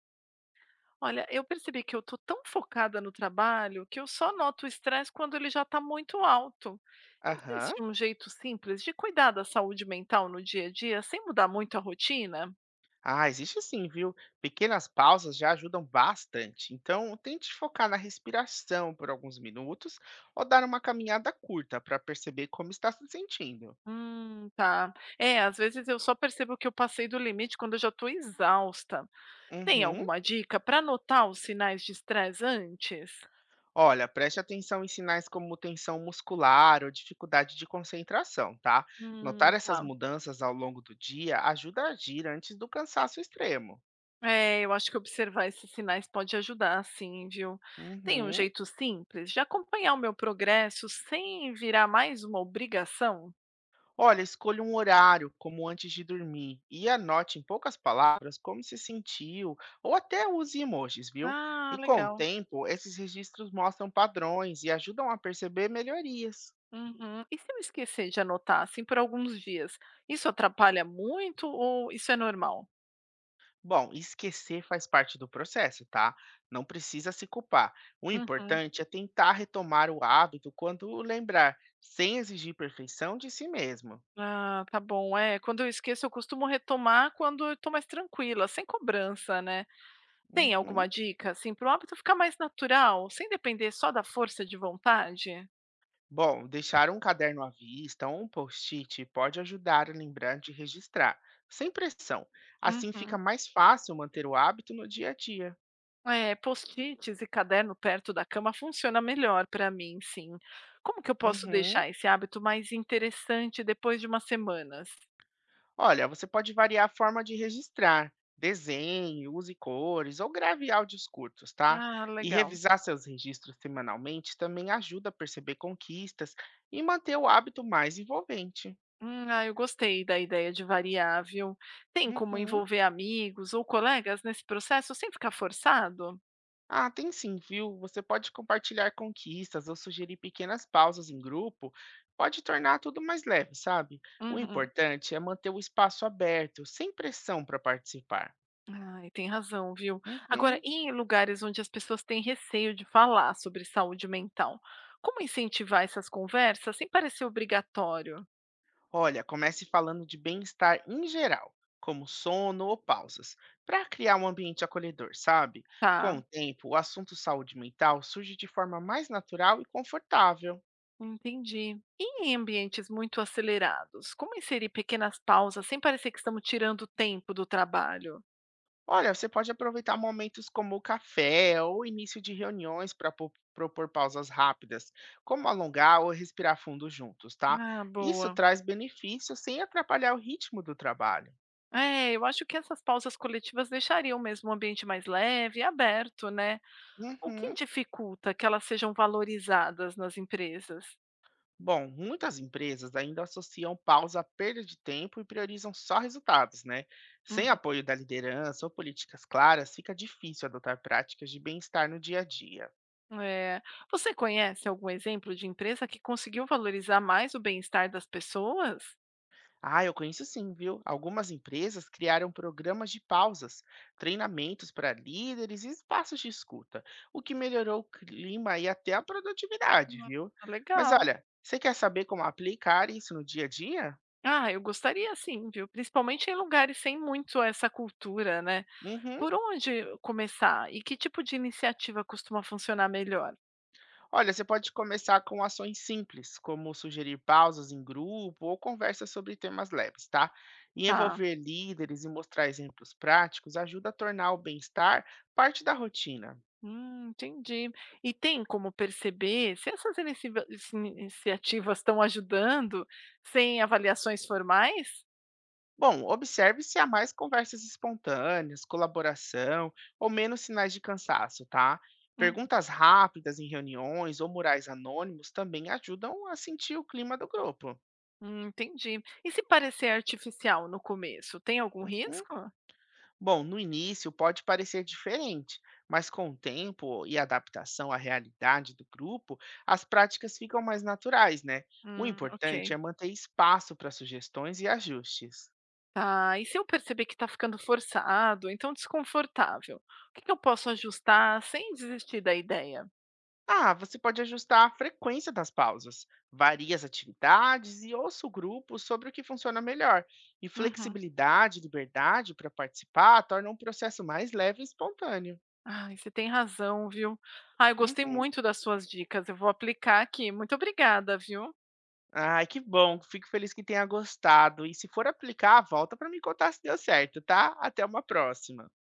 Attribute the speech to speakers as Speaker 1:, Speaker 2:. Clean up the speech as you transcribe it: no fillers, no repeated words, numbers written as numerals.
Speaker 1: Olha, eu percebi que eu estou tão focada no trabalho que eu só noto o estresse quando ele já está muito alto.
Speaker 2: Aham.
Speaker 1: Existe um jeito simples de cuidar da saúde mental no dia a dia sem mudar muito a rotina?
Speaker 2: Ah, existe sim, viu? Pequenas pausas já ajudam bastante. Então, tente focar na respiração por alguns minutos ou dar uma caminhada curta para perceber como está se sentindo.
Speaker 1: Tá. É, às vezes eu só percebo que eu passei do limite quando eu já estou exausta. Tem
Speaker 2: Uhum.
Speaker 1: alguma dica para notar os sinais de estresse antes?
Speaker 2: Olha, preste atenção em sinais como tensão muscular ou dificuldade de concentração, tá? Notar essas
Speaker 1: Tá.
Speaker 2: mudanças ao longo do dia ajuda a agir antes do cansaço extremo.
Speaker 1: É, eu acho que observar esses sinais pode ajudar, sim, viu? Tem um
Speaker 2: Uhum.
Speaker 1: jeito simples de acompanhar o meu progresso sem virar mais uma obrigação?
Speaker 2: Olha, escolha um horário, como antes de dormir, e anote em poucas palavras como se sentiu, ou até use emojis, viu?
Speaker 1: Ah,
Speaker 2: E com o
Speaker 1: legal.
Speaker 2: tempo, esses registros mostram padrões e ajudam a perceber melhorias.
Speaker 1: Uhum. E se eu esquecer de anotar, assim, por alguns dias, isso atrapalha muito ou isso é normal?
Speaker 2: Bom, esquecer faz parte do processo, tá? Não precisa se culpar. O
Speaker 1: Uhum.
Speaker 2: importante é tentar retomar o hábito quando lembrar, sem exigir perfeição de si mesmo.
Speaker 1: Ah, tá bom. É, quando eu esqueço, eu costumo retomar quando eu tô mais tranquila, sem cobrança, né? Tem alguma
Speaker 2: Uhum.
Speaker 1: dica, assim, para o hábito ficar mais natural, sem depender só da força de vontade?
Speaker 2: Bom, deixar um caderno à vista ou um post-it pode ajudar a lembrar de registrar, sem pressão. Assim fica
Speaker 1: Uhum.
Speaker 2: mais fácil manter o hábito no dia a dia.
Speaker 1: É, post-its e caderno perto da cama funciona melhor para mim, sim. Como que eu posso
Speaker 2: Uhum.
Speaker 1: deixar esse hábito mais interessante depois de umas semanas?
Speaker 2: Olha, você pode variar a forma de registrar. Desenhe, use cores ou grave áudios curtos, tá?
Speaker 1: Ah,
Speaker 2: E
Speaker 1: legal.
Speaker 2: revisar seus registros semanalmente também ajuda a perceber conquistas e manter o hábito mais envolvente.
Speaker 1: Ah, eu gostei da ideia de variável. Tem como
Speaker 2: Uhum.
Speaker 1: envolver amigos ou colegas nesse processo sem ficar forçado?
Speaker 2: Ah, tem sim, viu? Você pode compartilhar conquistas ou sugerir pequenas pausas em grupo, pode tornar tudo mais leve, sabe? O
Speaker 1: Uhum.
Speaker 2: importante é manter o espaço aberto, sem pressão para participar.
Speaker 1: Ai, tem razão, viu? Agora,
Speaker 2: Uhum.
Speaker 1: e em lugares onde as pessoas têm receio de falar sobre saúde mental, como incentivar essas conversas sem parecer obrigatório?
Speaker 2: Olha, comece falando de bem-estar em geral, como sono ou pausas, para criar um ambiente acolhedor, sabe? Com
Speaker 1: Tá.
Speaker 2: o tempo, o assunto saúde mental surge de forma mais natural e confortável.
Speaker 1: Entendi. E em ambientes muito acelerados, como inserir pequenas pausas sem parecer que estamos tirando tempo do trabalho?
Speaker 2: Olha, você pode aproveitar momentos como o café ou início de reuniões para propor pausas rápidas, como alongar ou respirar fundo juntos, tá?
Speaker 1: Ah,
Speaker 2: Isso
Speaker 1: boa.
Speaker 2: traz benefícios sem atrapalhar o ritmo do trabalho.
Speaker 1: É, eu acho que essas pausas coletivas deixariam mesmo o ambiente mais leve e aberto, né? O que
Speaker 2: Uhum.
Speaker 1: dificulta que elas sejam valorizadas nas empresas?
Speaker 2: Bom, muitas empresas ainda associam pausa à perda de tempo e priorizam só resultados, né? Sem
Speaker 1: Uhum,
Speaker 2: apoio da liderança ou políticas claras, fica difícil adotar práticas de bem-estar no dia a dia.
Speaker 1: é. Você conhece algum exemplo de empresa que conseguiu valorizar mais o bem-estar das pessoas?
Speaker 2: Ah, eu conheço sim, viu? Algumas empresas criaram programas de pausas, treinamentos para líderes e espaços de escuta, o que melhorou o clima e até a produtividade, viu?
Speaker 1: Ah,
Speaker 2: Mas
Speaker 1: legal.
Speaker 2: olha, você quer saber como aplicar isso no dia a dia?
Speaker 1: Ah, eu gostaria sim, viu? Principalmente em lugares sem muito essa cultura, né?
Speaker 2: Uhum.
Speaker 1: Por onde começar? E que tipo de iniciativa costuma funcionar melhor?
Speaker 2: Olha, você pode começar com ações simples, como sugerir pausas em grupo ou conversas sobre temas leves, tá? E
Speaker 1: Tá.
Speaker 2: envolver líderes e mostrar exemplos práticos ajuda a tornar o bem-estar parte da rotina.
Speaker 1: Entendi. E tem como perceber se se iniciativas estão ajudando sem avaliações formais?
Speaker 2: Bom, observe se há mais conversas espontâneas, colaboração ou menos sinais de cansaço, tá?
Speaker 1: Hum,
Speaker 2: Perguntas rápidas em reuniões ou murais anônimos também ajudam a sentir o clima do grupo.
Speaker 1: entendi. E se parecer artificial no começo, tem algum
Speaker 2: Uhum.
Speaker 1: risco?
Speaker 2: Bom, no início pode parecer diferente, mas com o tempo e adaptação à realidade do grupo, as práticas ficam mais naturais, né? O
Speaker 1: Ok.
Speaker 2: importante é manter espaço para sugestões e ajustes.
Speaker 1: Tá, e se eu perceber que está ficando forçado, então desconfortável, o que que eu posso ajustar sem desistir da ideia?
Speaker 2: Ah, você pode ajustar a frequência das pausas, varia as atividades e ouça o grupo sobre o que funciona melhor. E
Speaker 1: Uhum.
Speaker 2: flexibilidade e liberdade para participar tornam o processo mais leve e espontâneo.
Speaker 1: Ai, você tem razão, viu? Ah, eu gostei
Speaker 2: Uhum.
Speaker 1: muito das suas dicas, eu vou aplicar aqui. Muito obrigada, viu?
Speaker 2: Ai, que bom, fico feliz que tenha gostado. E se for aplicar, volta para me contar se deu certo, tá? Até uma próxima.